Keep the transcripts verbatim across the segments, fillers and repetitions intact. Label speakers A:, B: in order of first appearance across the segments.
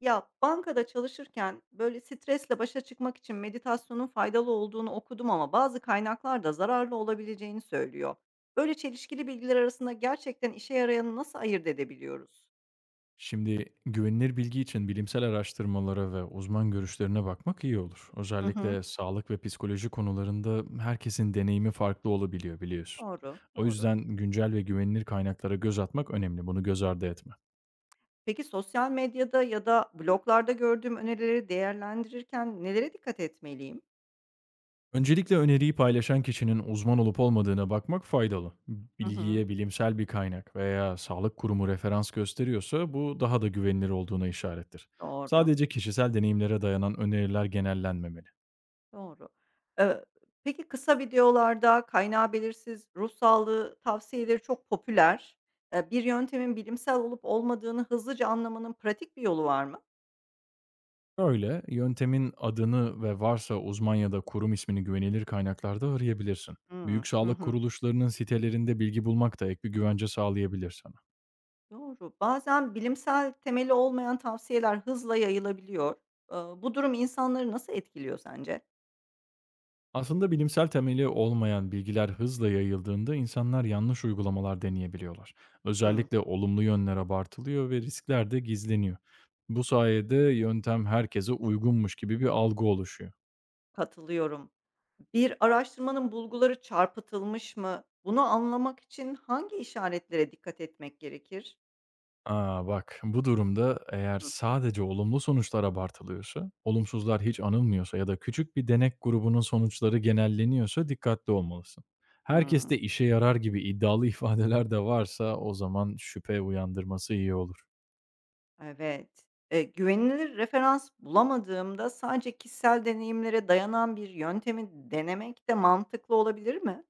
A: Ya, bankada çalışırken, böyle, stresle başa çıkmak için meditasyonun faydalı olduğunu okudum ama bazı kaynaklar da zararlı olabileceğini söylüyor. Böyle çelişkili bilgiler arasında gerçekten işe yarayanı nasıl ayırt edebiliyoruz?
B: Şimdi güvenilir bilgi için bilimsel araştırmalara ve uzman görüşlerine bakmak iyi olur.
A: Hı hı.
B: Özellikle sağlık ve psikoloji konularında herkesin deneyimi farklı olabiliyor biliyorsun.
A: Doğru,
B: O
A: doğru.
B: yüzden güncel ve güvenilir kaynaklara göz atmak önemli. Bunu göz ardı etme.
A: Peki sosyal medyada ya da bloglarda gördüğüm önerileri değerlendirirken nelere dikkat etmeliyim?
B: Öncelikle öneriyi paylaşan kişinin uzman olup olmadığına bakmak faydalı.
A: Hı hı.
B: Bilgiye bilimsel bir kaynak veya sağlık kurumu referans gösteriyorsa bu daha da güvenilir olduğuna işarettir.
A: Doğru.
B: Sadece kişisel deneyimlere dayanan öneriler genellenmemeli.
A: Doğru. Eee, peki kısa videolarda kaynağı belirsiz ruh sağlığı tavsiyeleri çok popüler. Eee, bir yöntemin bilimsel olup olmadığını hızlıca anlamanın pratik bir yolu var mı?
B: Öyle, yöntemin adını ve varsa uzman ya da kurum ismini güvenilir kaynaklarda arayabilirsin.
A: Hımm.
B: Büyük
A: Hı
B: sağlık
A: hı.
B: kuruluşlarının sitelerinde bilgi bulmak da ek bir güvence sağlayabilir sana.
A: Doğru. Bazen bilimsel temeli olmayan tavsiyeler hızla yayılabiliyor. Eee, bu durum insanları nasıl etkiliyor sence?
B: Aslında bilimsel temeli olmayan bilgiler hızla yayıldığında insanlar yanlış uygulamalar deneyebiliyorlar.
A: Hımm.
B: Özellikle olumlu yönler abartılıyor ve riskler de gizleniyor. Bu sayede yöntem herkese uygunmuş gibi bir algı oluşuyor.
A: Katılıyorum. Bir araştırmanın bulguları çarpıtılmış mı? Bunu anlamak için hangi işaretlere dikkat etmek gerekir?
B: A, bak, bu durumda eğer
A: Hı.
B: sadece olumlu sonuçlar abartılıyorsa, olumsuzlar hiç anılmıyorsa ya da küçük bir denek grubunun sonuçları genelleniyorsa dikkatli olmalısın. Herkeste
A: Hımm.
B: işe yarar gibi iddialı ifadeler de varsa o zaman şüphe uyandırması iyi olur.
A: Evet. Eee, güvenilir referans bulamadığımda sadece kişisel deneyimlere dayanan bir yöntemi denemek de mantıklı olabilir mi?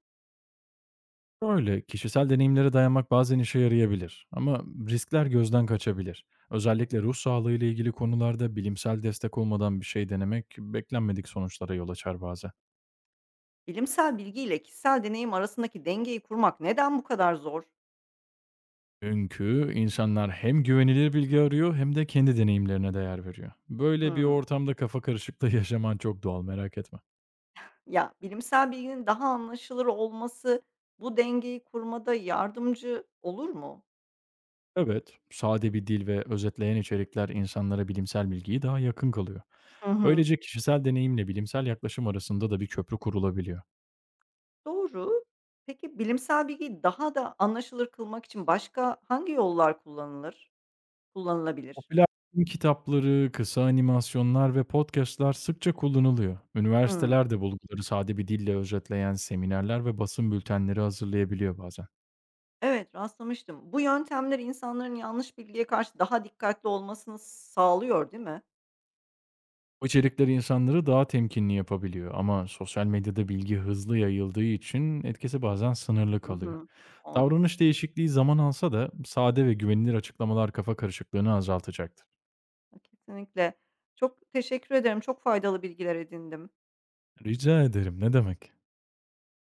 B: Öyle. Kişisel deneyimlere dayanmak bazen işe yarayabilir ama riskler gözden kaçabilir. Özellikle ruh sağlığı ile ilgili konularda bilimsel destek olmadan bir şey denemek beklenmedik sonuçlara yol açar bazen.
A: Bilimsel bilgi ile kişisel deneyim arasındaki dengeyi kurmak neden bu kadar zor?
B: Çünkü insanlar hem güvenilir bilgi arıyor hem de kendi deneyimlerine değer veriyor. Böyle bir
A: Hımm.
B: ortamda kafa karışıklığı yaşaman çok doğal, merak etme.
A: Ya, bilimsel bilginin daha anlaşılır olması bu dengeyi kurmada yardımcı olur mu?
B: Evet, sade bir dil ve özetleyen içerikler insanlara bilimsel bilgiyi daha yakın kalıyor.
A: Hı hı.
B: Böylece kişisel deneyimle bilimsel yaklaşım arasında da bir köprü kurulabiliyor.
A: Doğru. Peki bilimsel bilgiyi daha da anlaşılır kılmak için başka hangi yollar kullanılır kullanılabilir?
B: Popüler bilim kitapları, kısa animasyonlar ve podcastlar sıkça kullanılıyor.
A: Hımm.
B: Üniversiteler de bulguları sade bir dille özetleyen seminerler ve basın bültenleri hazırlayabiliyor bazen.
A: Evet, rastlamıştım. Bu yöntemler insanların yanlış bilgiye karşı daha dikkatli olmasını sağlıyor, değil mi?
B: Bu içerikler insanları daha temkinli yapabiliyor ama sosyal medyada bilgi hızlı yayıldığı için etkisi bazen sınırlı
A: Hı
B: kalıyor.
A: hı. Doğru.
B: Davranış değişikliği zaman alsa da sade ve güvenilir açıklamalar kafa karışıklığını azaltacaktır.
A: Kesinlikle. Çok teşekkür ederim. Çok faydalı bilgiler edindim.
B: Rica ederim, ne demek?